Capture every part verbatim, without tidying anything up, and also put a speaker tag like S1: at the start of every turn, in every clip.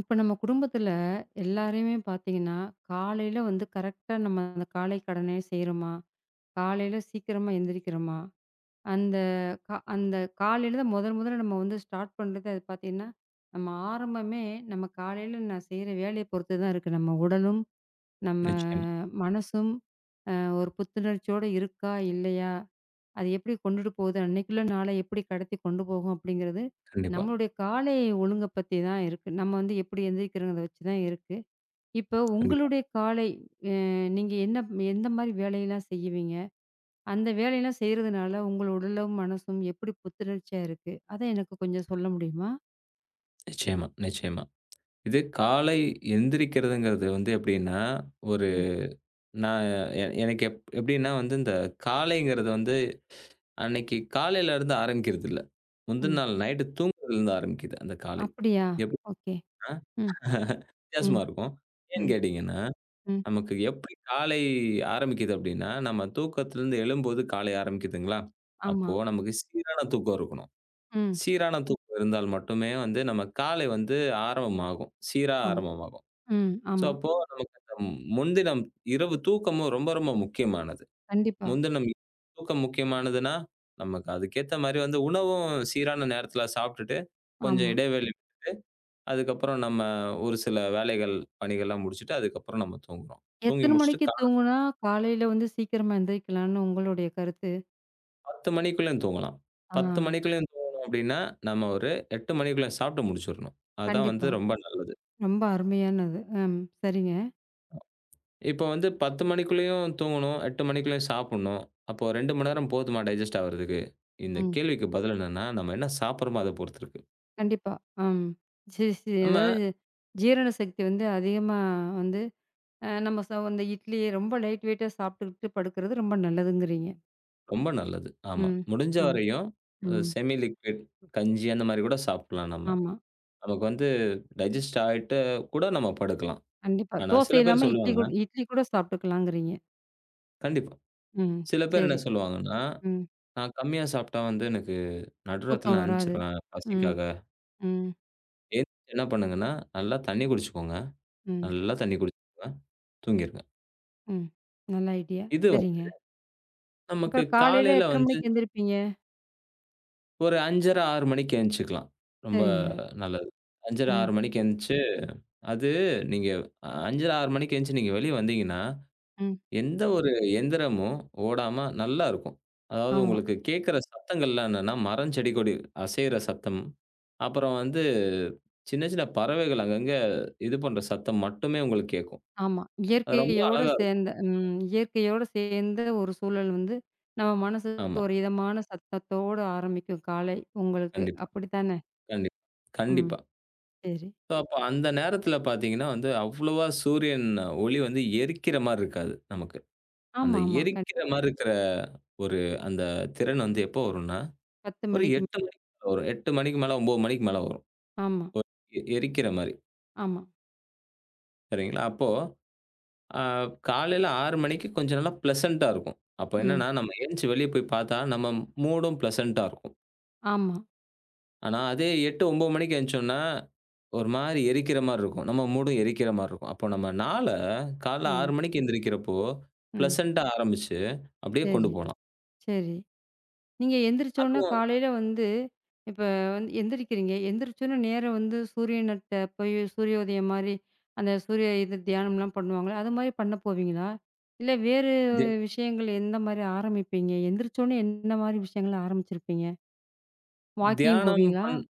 S1: இப்ப நம்ம குடும்பத்துல எல்லாரையுமே பார்த்தீங்கன்னா, காலையில வந்து கரெக்ட்டா நம்ம அந்த காலை கடனே செய்றோமா? காலையில சீக்கிரமா எந்திரிக்கிறோமா? அந்த க அந்த காலையில தான் முதல் முதல்ல நம்ம வந்து ஸ்டார்ட் பண்றது அது பார்த்தீங்கன்னா, நம்ம ஆரம்பமே நம்ம காலையில நான் செய்ற வேலைய பொறுத்து தான் இருக்கு. நம்ம உடலும், நம்ம
S2: நிச்சயமா.
S1: மனசும் அ ஒரு புத்துணர்ச்சியோட இருக்கா? இல்லையா? அது எப்படி கொண்டுட்டு போகுது? அன்னைக்குள்ள நாளை எப்படி கடத்தி கொண்டு போகும்? அப்படிங்கிறது
S2: கண்டிப்பா,
S1: நம்மளுடைய காலை ஒழுங்க பத்தி தான் இருக்கு. நம்ம வந்து எப்படி எந்திரிக்கிறோங்கிறத வச்சு தான் இருக்கு. இப்போ
S2: கண்டிப்பா.
S1: உங்களுடைய காலை அ நீங்க என்ன எந்த மாரி வேலையெல்லாம் செய்வீங்க? அந்த வேலையெல்லாம் செய்றதுனால உங்கள் உடலும், மனசும் எப்படி புத்துணர்ச்சியா இருக்கு? அத எனக்கு கொஞ்சம் சொல்ல முடியுமா?
S2: நிச்சயமா, நிச்சயமா. இது காலை எந்திரிக்கிறதுங்கிறது வந்து எப்படின்னா, ஒரு
S1: ம்.
S2: நான் எ எனக்கு எப் எப்படின்னா வந்து இந்த காலைங்கிறது வந்து அன்னைக்கு காலையில இருந்து ஆரம்பிக்கிறதில்ல. முந்தின
S1: ம்.
S2: நாள் நைட்டு தூங்குறதுலருந்து ஆரம்பிக்குது அந்த காலை.
S1: அப்படியா?
S2: எப்படின்னா
S1: ஓகே. ம். ம்.
S2: வித்தியாசமா இருக்கும். ஏன்னு
S1: ம்.
S2: கேட்டீங்கன்னா,
S1: ம்.
S2: நமக்கு எப்படி காலை ஆரம்பிக்குது அப்படின்னா, நம்ம தூக்கத்திலருந்து எழும்போது காலை ஆரம்பிக்குதுங்களா?
S1: ஆமா.
S2: அப்போ நமக்கு சீரான தூக்கம் இருக்கணும்.
S1: ம்.
S2: சீரான தூக்கம் இருந்தால் மட்டுமே வந்து, நம்ம காலை வந்து ஆரம்பமாகும். சீரா
S1: ஆமா.
S2: ஆரம்பமாகும்.
S1: ம்.
S2: ஸோ,
S1: ஆமா.
S2: அப்போ நமக்கு அந்த முன்தினம் இரவு தூக்கமும் ரொம்ப, ரொம்ப முக்கியமானது.
S1: கண்டிப்பா.
S2: முன்தினம் இரவு தூக்கம் முக்கியமானதுன்னா, நமக்கு அதுக்கேத்த மாரி வந்து உணவும் சீரான நேரத்தில சாப்பிட்டுட்டு, கொஞ்சம்
S1: ஆமா.
S2: இடைவெளி அதுக்கப்புறம் நம்ம ஒரு சில வேலைகள், பணிகள்லாம் முடிச்சுட்டு, அதுக்கப்புறம் நம்ம தூங்குறோம். தூங்கி
S1: எத்தன
S2: முடிச்சுட்டு
S1: மணிக்கு
S2: காலை
S1: தூங்குனா, காலையில வந்து சீக்கிரமா எந்திரிக்கலாம்னு உங்களுடைய கருத்து?
S2: பத்து மணிக்குள்ளயும் தூங்கலாம்.
S1: ஆ,
S2: பத்து மணிக்குள்ளயும் தூங்கணும் அப்டின்னா, நம்ம ஒரு எட்டு மணிக்குள்ள சாப்பிட்டு முடிச்சுரணும். அதான் வந்து
S1: கண்டிப்பா.
S2: ரொம்ப நல்லது.
S1: ரொம்ப அருமையானது. ம். சரிங்க.
S2: இப்போ வந்து பத்து மணிக்குள்ளேயும் தூங்கணும், எட்டு மணிக்குள்ளேயும் சாப்புட்ணும். அப்போ ரெண்டு மணி நேரம் போதுமா டைஜெஸ்ட் ஆவறதுக்கு? இந்த
S1: ம்.
S2: கேள்விக்கு பதில் என்னன்னா, நம்ம என்ன சாப்பிடுறோமோ அத பொறுத்து இருக்கு.
S1: கண்டிப்பா. ம். சரி, சரி.
S2: நம்ம
S1: அதாவது ஜீரண சக்தி வந்து அதிகமா வந்து அ நம்ம ச இந்த இட்லி ரொம்ப லைட் வெயிட்டா சாப்பிட்டுக்கிட்டு படுக்கிறது ரொம்ப நல்லதுங்கிறீங்க.
S2: ரொம்ப நல்லது. ஆமா.
S1: ம்.
S2: முடிஞ்ச
S1: ஆமா.
S2: வரையும் அ
S1: ம்.
S2: செமி லிக்விட் கஞ்சி அந்த மாரி கூட சாப்பிடலாம் நம்ம.
S1: ஆமா.
S2: நமக்கு வந்து டைஜெஸ்ட் ஆயிட்டு கூட நம்ம படுக்கலாம்.
S1: கண்டிப்பா.
S2: ஆனா
S1: தோசை
S2: சில பேர்
S1: இல்லாம இட்லி
S2: சொல்லுவாங்க.
S1: கூ இட்லி கூட சாப்பிட்டுக்கலாங்கிறீங்க.
S2: கண்டிப்பா.
S1: ம்.
S2: சில பேர் என்ன
S1: சரி.
S2: சொல்லுவாங்கன்னா,
S1: ம்.
S2: நான் கம்மியா சாப்பிட்டா வந்து எனக்கு நடுராத்திரில
S1: தூக்கம்
S2: நான்
S1: வராது.
S2: எந்திச்சிருவேன்
S1: ம்.
S2: பசிக்காக.
S1: ம்.
S2: எந்திரிச்சு என்ன பண்ணுங்கன்னா, நல்லா தண்ணி குடிச்சுக்கோங்க.
S1: ம்.
S2: நல்லா தண்ணி குடிச்சுக்கோங்க. தூங்கிருங்க.
S1: ம். நல்ல ஐடியா.
S2: இது
S1: சரிங்க.
S2: வந்து நமக்கு
S1: அப்புறம் காலையில
S2: காலையில
S1: எத்தன
S2: வந்து
S1: மணிக்கு எந்திரிப்பீங்க?
S2: ஒரு ஐந்து முப்பது, ஆறு மணிக்கு எந்திரிச்சுக்கலாம். ரொம்ப
S1: சரிங்க.
S2: நல்லது. ஐந்து முப்பது,
S1: ம்,
S2: ஆறு மணிக்கு எந்திரிச்சு, அது நீங்க ஐந்தரை, ஆறு மணிக்கு எந்திரிச்சு நீங்க வெளிய வந்தீங்கன்னா,
S1: ம்.
S2: எந்த ஒரு எந்திரமும் ஓடாம நல்லா இருக்கும். அதாவது
S1: ஆமா,
S2: உங்களுக்கு கேட்கிற சத்தங்கள்லாம் என்னன்னா, மரம், செடி, கொடி அசையிற சத்தம். அப்புறம் வந்து சின்ன சின்ன பறவைகள் அங்கங்க இது பண்ற சத்தம் மட்டுமே உங்களுக்கு கேட்கும்.
S1: ஆமா.
S2: அது ரொம்ப
S1: இயற்கையோட
S2: அழகா இருக்கும்.
S1: சேர்ந்த ம் இயற்கையோட சேர்ந்த ஒரு சூழல் வந்து நம்ம மனசுக்கு
S2: ஆமா.
S1: ஒரு இதமான சத்தத்தோட ஆரம்பிக்கும் காலை உங்களுக்கு.
S2: கண்டிப்பா,
S1: அப்படித்தானே?
S2: கண்டிப்பா,
S1: ம்.
S2: கண்டிப்பா.
S1: சரி.
S2: ஸோ அப்ப அந்த நேரத்துல பார்த்தீங்கன்னா வந்து, அவ்வளவா சூரியன் ஒளி வந்து எரிக்கிற மாரி இருக்காது நமக்கு. அந்த
S1: ஆமா, ஆமா. கண்
S2: எரிக்கிற மாரி இருக்கிற ஒரு அந்த திறன் வந்து எப்போ வரும்னா,
S1: பத்து
S2: ஒரு
S1: மணிக்கு.
S2: எட்டு மணிக்கு மேல வரும். எட்டு மணிக்கு மேல ஒன்பது மணிக்கு மேல வரும்.
S1: ஆமா,
S2: எ எரிக்கிற மாரி.
S1: ஆமா.
S2: சரிங்களா? அப்போ அ காலையில ஆறு மணிக்கு கொஞ்சம் நல்லா ப்ளசன்ட்டா இருக்கும். அப்ப
S1: ம்.
S2: என்னன்னா, நம்ம எந்திச்சு வெளிய போய் பார்த்தா, நம்ம மூடும் ப்ளசன்ட்டா இருக்கும்.
S1: ஆமா.
S2: ஆனா அதே எட்டு, ஒன்பது மணிக்கு எந்திச்சோம்னா ஒரு மாரி எரிக்கிற மாரி இருக்கும். நம்ம மூடும் எரிக்கிற மாரி இருக்கும். அப்போ நம்ம நாள காலைல ஆறு
S1: ம்,
S2: மணிக்கு எந்திரிக்கிறப்போ,
S1: ம்.
S2: பிளசன்ட்டா ஆரம்பிச்சு அப்படியே கொண்டு
S1: சரி,
S2: போலாம்.
S1: சரி. நீங்க எந்திரிச்சோன்னா
S2: அதுவும்
S1: காலையில வந்து இப்ப வந்து எந்திரிக்கிறீங்க. எந்திரிச்சோன்னே நேரா வந்து சூரியன்ட்ட போய் சூரியோதயம் மாரி, அந்த சூரிய இது தியானம்லாம் பண்ணுவாங்கல்ல, அது மாரி பண்ண போவீங்களா? இல்ல வேறு
S2: தி
S1: விஷயங்கள் எந்த மாரி ஆரம்பிப்பீங்க? எந்திரிச்சோன்னே என்ன மாரி விஷயங்கள ஆரம்பிச்சிருப்பீங்க? வாக்கிங்
S2: தியானம்
S1: போவீங்களா?
S2: பண்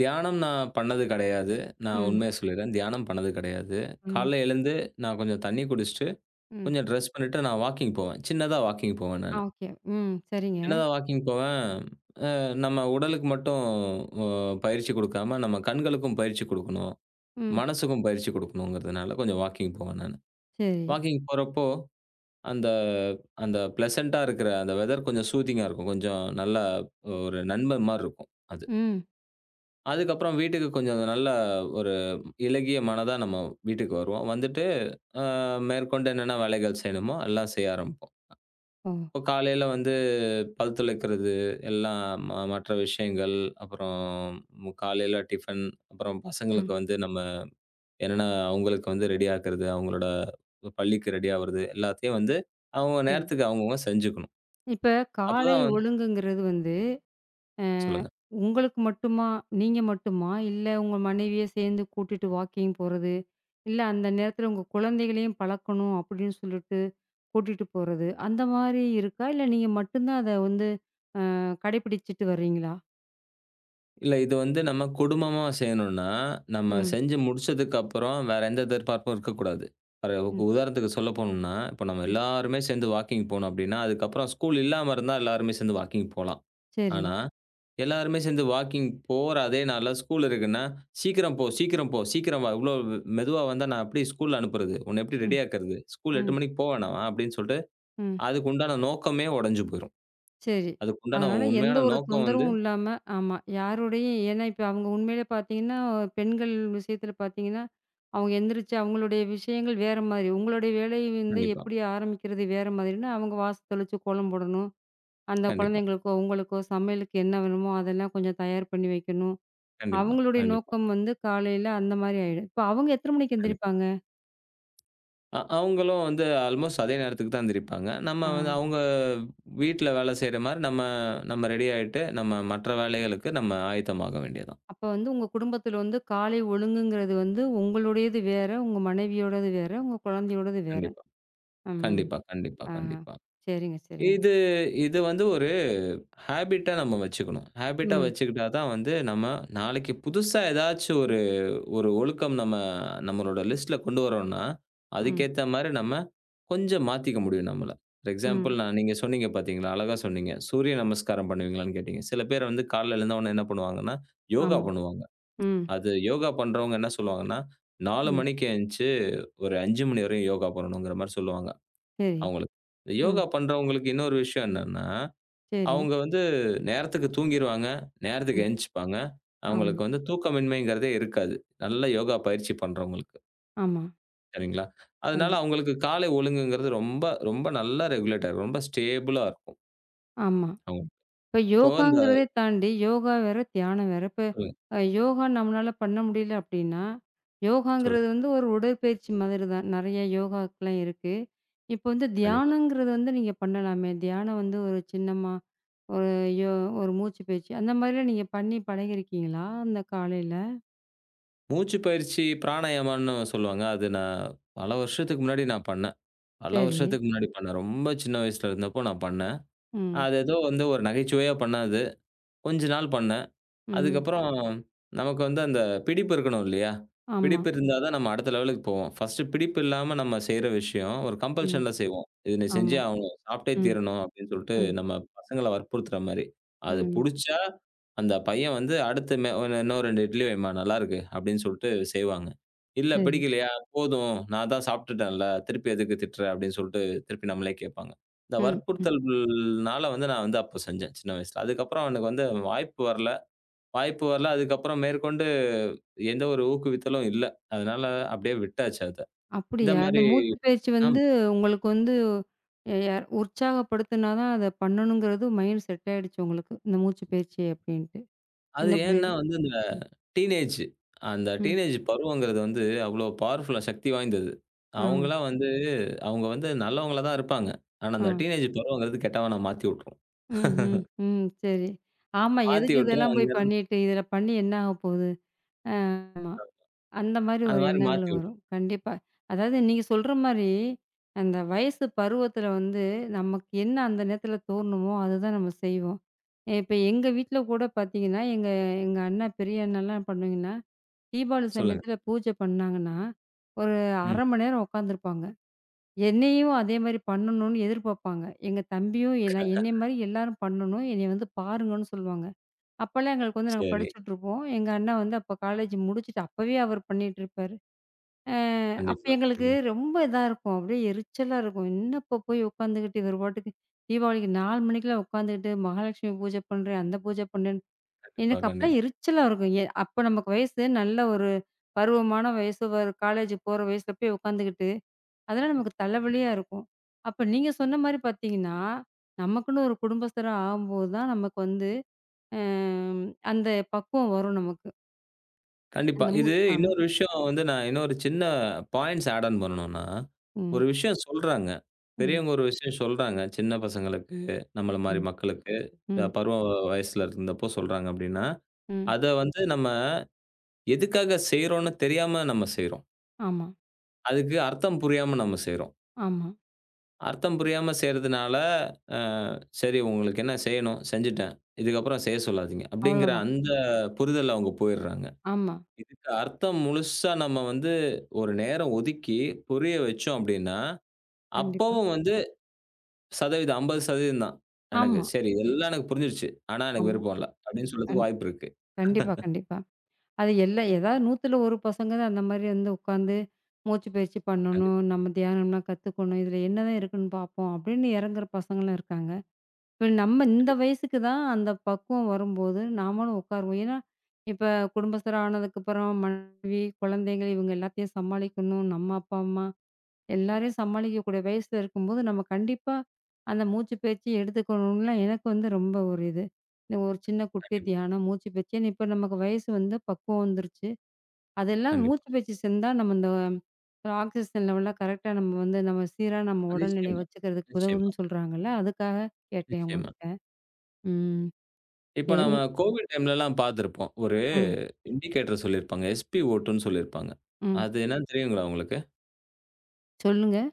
S2: தியானம் நான் பண்ணது கெடையாது. நான்
S1: ம்,
S2: உண்மைய சொல்லிர்றேன். தியானம் பண்ணது கெடையாது.
S1: ம்,
S2: காலைல எழுந்து நான் கொஞ்சம் தண்ணி குடிச்சுட்டு,
S1: ம்.
S2: கொஞ்சம் ட்ரெஸ் பண்ணிட்டு நான் வாக்கிங் போவேன். சின்னதா வாக்கிங் போவேன்
S1: ஆ
S2: நானு.
S1: ஓகே. ம். சரிங்க.
S2: சின்னதா வாக்கிங் போவேன். அ நம்ம உடலுக்கு மட்டும் அ பயிற்சி குடுக்காம, நம்ம கண்களுக்கும் பயிற்சி குடுக்கணும்.
S1: ம்.
S2: மனசுக்கும் பயிற்சி குடுக்கணுங்கிறதுனால கொஞ்சம் வாக்கிங் போவேன் நானு.
S1: சரி.
S2: வாக்கிங் போறப்போ அந்த அந்த பிளசன்ட்டா இருக்கிற அந்த வெதர் கொஞ்சம் சூதிங்கா இருக்கும். கொஞ்சம் நல்லா ஒரு நண்பன் மாரி இருக்கும் அது.
S1: ம்.
S2: அதுக்கப்புறம் வீட்டுக்கு கொஞ்சம் நல்ல ஒரு இளகிய மனதா நம்ம வீட்டுக்கு வருவோம். வந்துட்டு அ மேற்கொண்டு என்னென்ன வேலைகள் செய்யணுமோ எல்லாம் செய்ய ஆரம்பிப்போம்.
S1: ஓ!
S2: இப்போ காலையில வந்து பல் துலக்கிறது, எல்லாம் ம மற்ற விஷயங்கள், அப்புறம் காலையில டிஃபன், அப்புறம்
S1: ம்.
S2: பசங்களுக்கு வந்து நம்ம என்னென்ன அவங்களுக்கு வந்து ரெடி ஆக்குறது, அவங்களோட பள்ளிக்கு ரெடி ஆவுறது எல்லாத்தையும் வந்து அவங்க
S1: சரி.
S2: நேரத்துக்கு அவங்கவங்க செஞ்சுக்கணும்.
S1: இப்ப காலை
S2: அப்பதான்
S1: ஒழுங்குங்கிறது வந்து அ
S2: சொல்லுங்க.
S1: உங்களுக்கு மட்டுமா? நீங்க மட்டுமா? இல்ல உங்க மனைவிய சேர்ந்து கூட்டிட்டு வாக்கிங் போறது, இல்ல அந்த நேரத்தில உங்க குழந்தைகளையும் பழக்கணும் அப்படின்னு சொல்லிட்டு கூட்டிட்டு போறது, அந்த மாரி இருக்கா? இல்ல நீங்க மட்டும் தான் அத வந்து அ கடைபிடிச்சுட்டு வர்றீங்களா?
S2: இல்ல இது வந்து நம்ம குடும்பமா செய்யணும்னா, நம்ம
S1: ம்,
S2: செஞ்சு முடிச்சதுக்கு அப்புறம் வேற எந்த எதிர்பார்ப்பும் இருக்கக்கூடாது. ஒரு
S1: ம்,
S2: உதாரணத்துக்கு சொல்ல போணும்னா, இப்ப நம்ம
S1: ம்.
S2: எல்லாருமே சேர்ந்து வாக்கிங் போனோம் அப்டின்னா, அதுக்கப்புறம் ஸ்கூல் இல்லாம இருந்தா எல்லாருமே சேர்ந்து வாக்கிங் போலாம்.
S1: சரி.
S2: ஆனா, எல்லாருமே சேர்ந்து வாக்கிங் போற அதே நாள்ல ஸ்கூல் இருக்குன்னா, "சீக்கிரம் போ, சீக்கிரம் போ, சீக்கிரம் வா. இவ்ளோ மெதுவா வந்தா நான் எப்டி ஸ்கூல் அனுப்புறது? உன்ன எப்டி
S1: ம்,
S2: ரெடி ஆக்குறது? ஸ்கூல்
S1: ம்,
S2: எட்டு மணிக்கு போ வேணாமா?" அப்டின்னு சொல்ட்டு
S1: ம்.
S2: அதுக்கு உண்டான நோக்கமே உடைஞ்சு போயிரும்.
S1: சரி.
S2: அதுக்கு உண்டான
S1: அதனால எந்த
S2: உண்மையான
S1: ஒரு
S2: நோக்கம் வந்து
S1: தொந்தரவும் இல்லாம ஆமா. யாரோடையும் ஏன்னா இப்ப அவங்க உண்மையிலே பார்த்தீங்கன்னா, பெண்கள் விஷயத்தில பார்த்தீங்கன்னா, அவங்க எந்திரிச்சு அவங்களுடைய விஷயங்கள் வேற மாதிரி. உங்களுடைய வேலை வந்து
S2: கண்டிப்பா,
S1: எப்படி ஆரம்பிக்கிறது வேற மாதிரின்னா, அவங்க வாச தெளிச்சு கோலம் போடணும். அந்த
S2: கண்டிப்பா.
S1: குழந்தைங்களுக்கோ, உங்களுக்கோ சமையலுக்கு என்ன வேணுமோ அதெல்லாம் கொஞ்சம் தயார் பண்ணி வைக்கணும்.
S2: கண்டிப்பா,
S1: அவங்களுடைய
S2: கண்டிப்பா,
S1: நோக்கம் வந்து காலையில அந்த மாதிரி ஆயிடும். இப்ப அவங்க எத்தன மணிக்கு
S2: கண்டிப்பா.
S1: எந்திரிப்பாங்க?
S2: அ அவுங்களும் வந்து ஆல்மோஸ்ட் அதே நேரத்துக்கு தான் எந்திரிப்பாங்க.
S1: ஆ.
S2: நம்ம வந்து அவுங்க வீட்ல வேலை செய்ற மாரி நம்ம நம்ம ரெடி ஆயிட்டு, நம்ம மற்ற வேலைகளுக்கு நம்ம ஆயத்தமாக வேண்டியது தான்.
S1: அப்ப வந்து உங்க குடும்பத்தில வந்து காலை ஒழுங்குங்கிறது வந்து உங்களுடையது வேற, உங்க மனைவியோடது வேற, உங்க குழந்தையோடது வேற.
S2: கண்டிப்பா,
S1: ம்.
S2: கண்டிப்பா, கண்டிப்பா,
S1: ஆஹ.
S2: கண்டிப்பா.
S1: சரிங்க, சரிங்க.
S2: இது இது வந்து ஒரு ஹேபிட்டா நம்ம வச்சுக்கணும். ஹேபிட்டா
S1: ம்,
S2: வச்சுக்கிட்டா தான் வந்து, நம்ம நாளைக்கு புதுசா ஏதாச்சும் ஒரு ஒரு ஒழுக்கம் நம்ம நம்மளோட லிஸ்ட்ல கொண்டு வரோம்னா,
S1: ம்,
S2: அதுக்கேத்த மாரி நம்ம கொஞ்சம் மாத்திக்க முடியும் நம்மள. ஃபார்
S1: ம்.
S2: எக்ஸாம்பிள் நான் நீங்க சொன்னீங்க பார்த்தீங்களா? அழகா சொன்னீங்க. சூரிய நமஸ்காரம் பண்ணுவீங்களான்னு கேட்டீங்க. சில பேர் வந்து காலையில எழுந்தவுடனே என்ன பண்ணுவாங்கன்னா, யோகா
S1: ஆமா.
S2: பண்ணுவாங்க.
S1: ம்,
S2: அது யோகா பண்றவங்க என்ன சொல்லுவாங்கன்னா, நாலு
S1: ம்.
S2: மணிக்கு எந்திச்சு ஒரு ஐந்து மணி வரையும் யோகா பண்ணணுங்கிற மாரி சொல்லுவாங்க,
S1: சரி.
S2: அவங்களுக்கு. இந்த
S1: ம்.
S2: யோகா பண்றவங்களுக்கு இன்னொரு விஷயம் என்னன்னா
S1: சரி.
S2: அவங்க வந்து நேரத்துக்கு தூங்கிருவாங்க, நேரத்துக்கு
S1: ம்.
S2: எந்திரிச்சுப்பாங்க.
S1: ஆமா,
S2: அவங்களுக்கு வந்து தூக்கமின்மைங்கிறதே இருக்காது. நல்ல யோகா பயிற்சி பண்றவங்களுக்கு.
S1: ஆமா.
S2: சரிங்களா? அதனால
S1: கண்டிப்பா.
S2: அவங்களுக்கு காலை ஒழுங்குங்கிறது ரொம்ப, ரொம்ப நல்லா ரெகுலேட் ஆகும். ரொம்ப ஸ்டேபிளா இருக்கும்.
S1: ஆமா.
S2: அவங்க
S1: இப்ப
S2: இப்போ இந்த
S1: யோகாங்கிறதே தாண்டி யோகா வேற, தியானம் வேற. இப்ப
S2: சொல்லுங்க,
S1: அ யோகா நம்மளால பண்ண முடியல அப்டின்னா, யோகாங்கிறது
S2: சொல்லுங்க.
S1: வந்து ஒரு உடற்பயிற்சி மாதிரி தான். நெறைய யோகாக்கெல்லாம் இருக்கு. இப்போ வந்து
S2: கண்டிப்பா.
S1: தியானங்கிறது வந்து நீங்க பண்ணலாமே! தியானம் வந்து ஒரு சின்னமா, ஒரு யோ ஒரு மூச்சு பயிற்சி அந்த மாதிரிலாம் நீங்க பண்ணி பழகியிருக்கீங்களா? அந்த காலையில?
S2: மூச்சு பயிற்சி பிராணாயாமான்னு சொல்லுவாங்க. அது நான் பல வருஷத்துக்கு முன்னாடி நான் பண்ணேன். பல
S1: சரி.
S2: வருஷத்துக்கு முன்னாடி பண்ணேன். ரொம்ப சின்ன வயசுல இருந்தப்போ நான் பண்ணேன்.
S1: ம்.
S2: அது ஏதோ வந்து ஒரு நகைச்சுவையா பண்ணேன் அது. கொஞ்ச நாள் பண்ணேன்.
S1: ம்.
S2: அதுக்கப்புறம் நமக்கு வந்து அந்த பிடிப்பு இருக்கணும் இல்லையா?
S1: ஆமா.
S2: பிடிப்பு இருந்தா தான் நம்ம அடுத்த லெவலுக்கு போவோம். ஃபர்ஸ்ட்டு பிடிப்பு இல்லாம நம்ம செய்ற விஷயம் ஒரு
S1: ம்.
S2: கம்பல்ஷன்ல செய்வோம். "இது நீ செஞ்சே
S1: ஆமா.
S2: ஆவணும். சாப்பிட்டே
S1: ம்.
S2: தீரணும்." அப்படின்னு சொல்லிட்டு
S1: ம்.
S2: நம்ம பசங்கள வற்புறுத்துற மாரி. அது
S1: ம்.
S2: புடிச்சா அந்த பையன் வந்து அடுத்து மெ "இன்னும் ரெண்டு இட்லி வைம்மா நல்லாருக்கு." அப்படின்னு சொல்லிட்டு செய்வாங்க. இல்ல
S1: சரி.
S2: பிடிக்கலையா, "போதும் நான் தான் சாப்பிட்டுட்டேன்ல, திருப்பி எதுக்கு திட்டுற?" அப்படின்னு சொல்லிட்டு திருப்பி நம்மளே கேட்பாங்க. இந்த
S1: ம். ம்.
S2: வற்புறுத்தல்னால வந்து நான் வந்து அப்போ செஞ்சேன் சின்ன வயசுல. அதுக்கப்புறம் எனக்கு வந்து வாய்ப்பு வரல. வாய்ப்பு வரல. அதுக்கப்புறம் மேற்கொண்டு எந்த ஒரு ஊக்குவித்தலும் இல்ல. அதனால அப்படியே விட்டாச்சு அத. இந்த
S1: அப்படியா? இந்த
S2: மாரி
S1: மூச்சு
S2: ம்.
S1: பயிற்சி
S2: ஆமா.
S1: வந்து உங்களுக்கு வந்து எ யார் உற்சாகப்படுத்துனா தான் அத பண்ணணுங்கிறது மைண்ட் செட் ஆயிடுச்சு உங்களுக்கு. இந்த மூச்சு பயிற்சி அப்படின்ட்டு. சின்ன
S2: அது ஏன்னா
S1: பிள்ளையில.
S2: வந்து இந்த டீனேஜ் அந்த
S1: ம்.
S2: டீனேஜ் பருவங்கிறது வந்து அவ்வளோ பவர்ஃபுல்லா சக்தி வாய்ந்தது.
S1: ஆ,
S2: அவங்கலாம் வந்து அவங்க வந்து நல்லவங்களா தான் இருப்பாங்க. ஆனா
S1: ஆ.
S2: அந்த டீனேஜ் பருவங்கிறது கெட்டவனா மாத்தி விட்டுரும்.
S1: ம், ம், ம். சரி. ஆமா.
S2: மாத்தி
S1: எதுக்கு
S2: விட்டுரும்.
S1: இதெல்லாம் போய்
S2: அங்கருந்து
S1: பண்ணிட்டு, இதில பண்ணி என்ன ஆக போகுது? ஆமா. அந்த மாரி
S2: அந்த
S1: ஒரு
S2: மாரி
S1: எண்ணங்கள்
S2: மாத்தி விட்டுரும்.
S1: வரும். கண்டிப்பா. அதாவது நீங்க சொல்ற மாரி, அந்த வயசு பருவத்தில வந்து நமக்கு என்ன அந்த நேரத்தில தோணுமோ, அதுதான் நம்ம செய்வோம். இப்ப எங்க வீட்ல கூட பார்த்தீங்கன்னா, எங்க எங்க அண்ணா, பெரிய அண்ணாலாம் என்ன பண்ணுவாங்கன்னா, தீபாவளி
S2: சொல்லுங்க.
S1: சமயத்தில பூஜை பண்ணாங்கன்னா, ஒரு
S2: ம்.
S1: அரை மணி நேரம் உட்காந்துருப்பாங்க. என்னையும் அதே மாரி பண்ணணும்னு எதிர்பார்ப்பாங்க. எங்க தம்பியும் என்ன என்னைய மாரி எல்லாரும் பண்ணணும். என்னைய வந்து பாருங்கன்னு சொல்லுவாங்க. அப்பலாம் எங்களுக்கு வந்து நாங்க
S2: சரி.
S1: படிச்சுட்ருப்போம். எங்க அண்ணா வந்து அப்ப காலேஜ் முடிச்சுட்டு அப்பவே அவர் பண்ணிட்டுருப்பாரு. அ அப்ப
S2: கண்டிப்பா,
S1: எங்களுக்கு
S2: கண்டிப்பா.
S1: ரொம்ப இதா இருக்கும். அப்படியே எரிச்சலா இருக்கும். என்ன இப்ப போய் உட்காந்துக்கிட்டு இவரு பாட்டுக்கு தீபாவளிக்கு நாலு மணிக்கெல்லாம் உட்காந்துக்கிட்டு மகாலட்சுமி பூஜை பண்றேன், அந்த பூஜை பண்றேன்னு
S2: கண்டிப்பா,
S1: எனக்கு அப்பலாம்
S2: கண்டிப்பா,
S1: எரிச்சலா இருக்கும். எ அப்ப நமக்கு வயசு நல்ல ஒரு பருவமான வயசு, ஒரு காலேஜ் போற வயசுல போய் உட்காந்துக்கிட்டு, அதெல்லாம் நமக்கு தலைவலியா
S2: கண்டிப்பா.
S1: இருக்கும். அப்ப நீங்க சொன்ன மாரி பார்த்தீங்கன்னா, நமக்குன்னு ஒரு குடும்பஸ்தரா ஆகும்போது தான் நமக்கு வந்து அம் அந்த பக்குவம் வரும் நமக்கு.
S2: கண்டிப்பா.
S1: அந்த
S2: இது
S1: மூத் ஆமா.
S2: இன்னொரு விஷயம் வந்து நான் இன்னொரு சின்ன பாயிண்ட்ஸ் ஆட் ஆன் பண்ணணும்னா,
S1: ம்,
S2: ஒரு விஷயம் சொல்றாங்க.
S1: ம்,
S2: பெரியவங்க ஒரு விஷயம் சொல்றாங்க. சின்ன பசங்களுக்கு, நம்மள மாரி
S1: ம்,
S2: மக்களுக்கு, அ
S1: ம்,
S2: பருவ வயசுல இருந்தப்போ சொல்றாங்க அப்டின்னா,
S1: ம்.
S2: அத வந்து நம்ம எதுக்காக செய்றோம்னு தெரியாம நம்ம செய்றோம்.
S1: ஆமா.
S2: அதுக்கு அர்த்தம் புரியாம நம்ம செய்றோம்.
S1: ஆமா.
S2: அர்த்தம் புரியாம செய்றதுனால, அ சரி உங்களுக்கு என்ன செய்யணும்? செஞ்சுட்டேன். இதுக்கப்புறம் செய்ய சொல்லாதீங்க. அப்டிங்கிற
S1: அவ்வளோதான்.
S2: அந்த புரிதல்ல அவங்க போயிடுறாங்க.
S1: ஆமா.
S2: இதுக்கு அர்த்தம் முழுசா நம்ம வந்து ஒரு நேரம் ஒதுக்கி புரிய வச்சோம் அப்டின்னா,
S1: கண்டிப்பா.
S2: அப்பவும் வந்து சதவீதம் ஐம்பது சதவீதம் தான் எனக்கு.
S1: ஆமா,
S2: சரி இதெல்லாம் எனக்கு புரிஞ்சிருச்சு. ஆனா எனக்கு
S1: ஆமா.
S2: விருப்பம் இல்ல. அப்டின்னு
S1: கண்
S2: சொல்றதுக்கு வாய்ப்பு இருக்கு.
S1: கண்டிப்பா, கண்டிப்பா. அது எல்லா ஏதாவது நூத்துல ஒரு பசங்க தான் அந்த மாரி வந்து உட்காந்து மூச்சு பயிற்சி பண்ணணும்,
S2: கண்டிப்பா,
S1: நம்ம தியானம்லாம் கத்துக்கணும், இதில என்னதான் இருக்குன்னு பார்ப்போம் அப்படின்னு இறங்குற பசங்களும் இருக்காங்க. இப்ப நம்ம இந்த வயசுக்கு தான் அந்த பக்குவம் வரும்போது நாமளும் உட்காருவோம். ஏன்னா, இப்ப குடும்பஸ்தர் ஆனதுக்கப்புறம் மனைவி, குழந்தைகள் இவங்க எல்லாத்தையும் சமாளிக்கணும். நம்ம அப்பா, அம்மா எல்லாரையும் சமாளிக்கக்கூடிய வயசுல இருக்கும்போது, நம்ம கண்டிப்பா அந்த மூச்சு பயிற்சி எடுத்துக்கணும்லாம் எனக்கு வந்து ரொம்ப ஒரு இது. இந்த ஒரு சின்ன குட்டி
S2: கண்டிப்பா,
S1: தியானம், மூச்சு பயிற்சின்னு இப்ப நமக்கு வயசு வந்து பக்குவம் வந்துருச்சு. அதெல்லாம்
S2: கண்டிப்பா.
S1: மூச்சு பயிற்சி செந்தா நம்ம இந்த ஆக்ஸிஜன் லெவல்லாம் கரெக்ட்டா நம்ம வந்து நம்ம சீரா நம்ம உடல்நிலைய
S2: நிச்சயமா,
S1: வச்சுக்கிறதுக்கு
S2: நிச்சயமா,
S1: உதவுதுன்னு சொல்றாங்கல்ல, அதுக்காக கேட்டேன்
S2: நிச்சயமா.
S1: உங்ககிட்ட. ம்.
S2: இப்ப
S1: சரி.
S2: நம்ம
S1: உங்-
S2: கோவிட் டைம்லலாம் பார்த்திருப்போம். ஒரு
S1: ம்,
S2: இண்டிகேட்டர் சொல்லியிருப்பாங்க. எஸ்பிஓ2ன்னு சொல்லியிருப்பாங்க.
S1: ம்.
S2: அது என்னன்னு தெரியுங்களா உங்களுக்கு?
S1: சொல்லுங்க.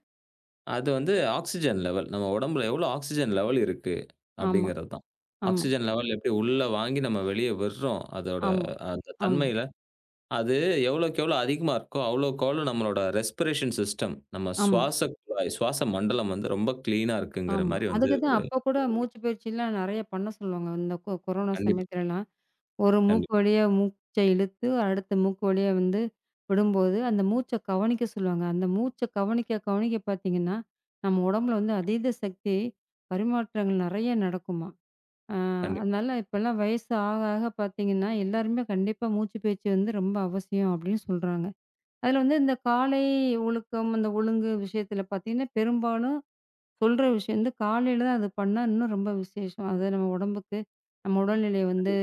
S2: அது வந்து ஆக்ஸிஜன் லெவல். நம்ம உடம்புல எவ்வளோ ஆக்ஸிஜன் லெவல் இருக்கு
S1: ஆமா,
S2: அப்படிங்கிறது தான்.
S1: ஆமா,
S2: ஆக்ஸிஜன் லெவல் எப்படி உள்ள வாங்கி நம்ம வெளிய விடுறோம், அதோட
S1: ஆமா, ஆமா,
S2: அந்த
S1: ஆமா,
S2: தன்மையில, அது எவ்வளோக்கு எவ்வளோ அதிகமா இருக்கோ, அவ்வளோக்கு அவ்வளோ நம்மளோட ரெஸ்பிரேஷன் சிஸ்டம், நம்ம
S1: ஆமா.
S2: சுவாச குழாய், சுவாச மண்டலம் வந்து ரொம்ப கிளீனா இருக்குங்கிற
S1: ஆமா.
S2: மாரி வந்து
S1: அதுக்கு தான் அப்ப கூட மூச்சு பயிற்சிலாம் நெறைய பண்ண சொல்லுவாங்க. இந்த கொ கொரோனா
S2: கண்டிப்பா,
S1: சமயத்துலலாம். ஒரு மூக்கு
S2: கண்டிப்பா,
S1: வழியா மூச்ச இழுத்து, அடுத்த மூக்கு வழியா வந்து விடும்போது, அந்த மூச்ச கவனிக்க சொல்லுவாங்க. அந்த மூச்ச கவனிக்க, கவனிக்க பார்த்தீங்கன்னா, நம்ம உடம்புல வந்து அதீத சக்தி பரிமாற்றங்கள் நெறைய நடக்குமாம். ஆ,
S2: கண்டிப்பா.
S1: அதனால இப்பலாம் வயசு ஆக, ஆக பார்த்தீங்கன்னா, எல்லாருமே கண்டிப்பா மூச்சு பயிற்சி வந்து ரொம்ப அவசியம் அப்படின்னு சொல்றாங்க. அதுல வந்து இந்த காலை ஒழுக்கம், அந்த ஒழுங்கு விஷயத்துல பார்த்தீங்கன்னா, பெரும்பாலும் சொல்ற விஷயம் வந்து காலையில தான் அது பண்ணா இன்னும் ரொம்ப விசேஷம். அது நம்ம உடம்புக்கு, நம்ம உடல்நிலை வந்து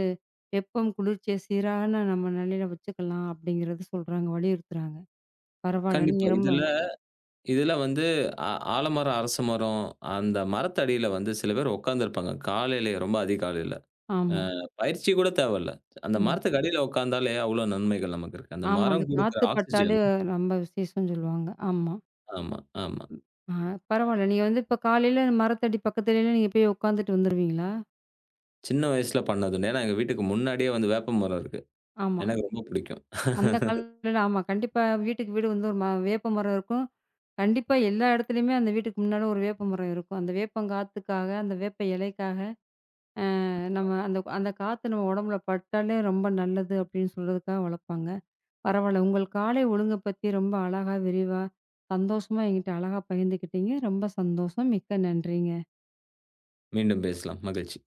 S1: வெப்பம், குளிர்ச்சிய சீரான நம்ம நிலையில வச்சுக்கலாம் அப்படிங்கிறது சொல்றாங்க, வலியுறுத்துறாங்க. பரவாயில்ல.
S2: கண்டிப்பா.
S1: நீங்க ரொம்ப
S2: இதுல இதுல வந்து ஆ ஆலமரம், அரச மரம், அந்த மரத்தடியில வந்து சில பேர் உட்கார்ந்திருப்பாங்க. காலையிலேயே ரொம்ப அதிகாலையில.
S1: ஆமா.
S2: பயிற்சி கூட தேவையில்ல. அந்த
S1: ம்.
S2: மரத்துக்கு அடியில உட்கார்ந்தாலே அவ்ளோ நன்மைகள் நமக்கு இருக்கு. அந்த
S1: ஆமா. அந்த
S2: மரம் குடுக்குற
S1: காத்து பட்டாலே
S2: ஆக்ஸிஜன்
S1: ரொம்ப விசேஷம்னு சொல்லுவாங்க. ஆமா.
S2: ஆமா, ஆமா.
S1: ஆ, பரவாயில்ல. நீங்க வந்து இப்ப காலையில மரத்தடி பக்கத்துலலாம் நீங்க போய் உட்காந்துட்டு வந்துருவீங்களா?
S2: சின்ன வயசுல பண்ணது. ஏன்னா எங்க வீட்டுக்கு முன்னாடியே வந்து வேப்ப மரம் இருக்கு.
S1: ஆமா.
S2: எனக்கு ரொம்ப பிடிக்கும்.
S1: அந்த காலத்துல ஆமா. கண்டிப்பா வீட்டுக்கு வீடு வந்து ஒரு ம வேப்ப மரம் இருக்கும். கண்டிப்பா எல்லா இடத்துலயுமே அந்த வீட்டுக்கு முன்னால ஒரு வேப்ப மரம் இருக்கும். அந்த வேப்பங்காத்துக்காக, அந்த வேப்ப இலைக்காக அஹ் நம்ம அந்த அந்த காத்து நம்ம உடம்புல பட்டாலே ரொம்ப நல்லது அப்படின்னு சொல்றதுக்காக வளர்ப்பாங்க. பரவால்ல, உங்கள் காலை ஒழுங்க பத்தி ரொம்ப அழகா, விரிவா, சந்தோஷமா என்கிட்ட அழகா பகிர்ந்துக்கிட்டீங்க. ரொம்ப சந்தோஷம். மிக்க நன்றிங்க.
S2: மீண்டும் பேசலாம். மகிழ்ச்சி.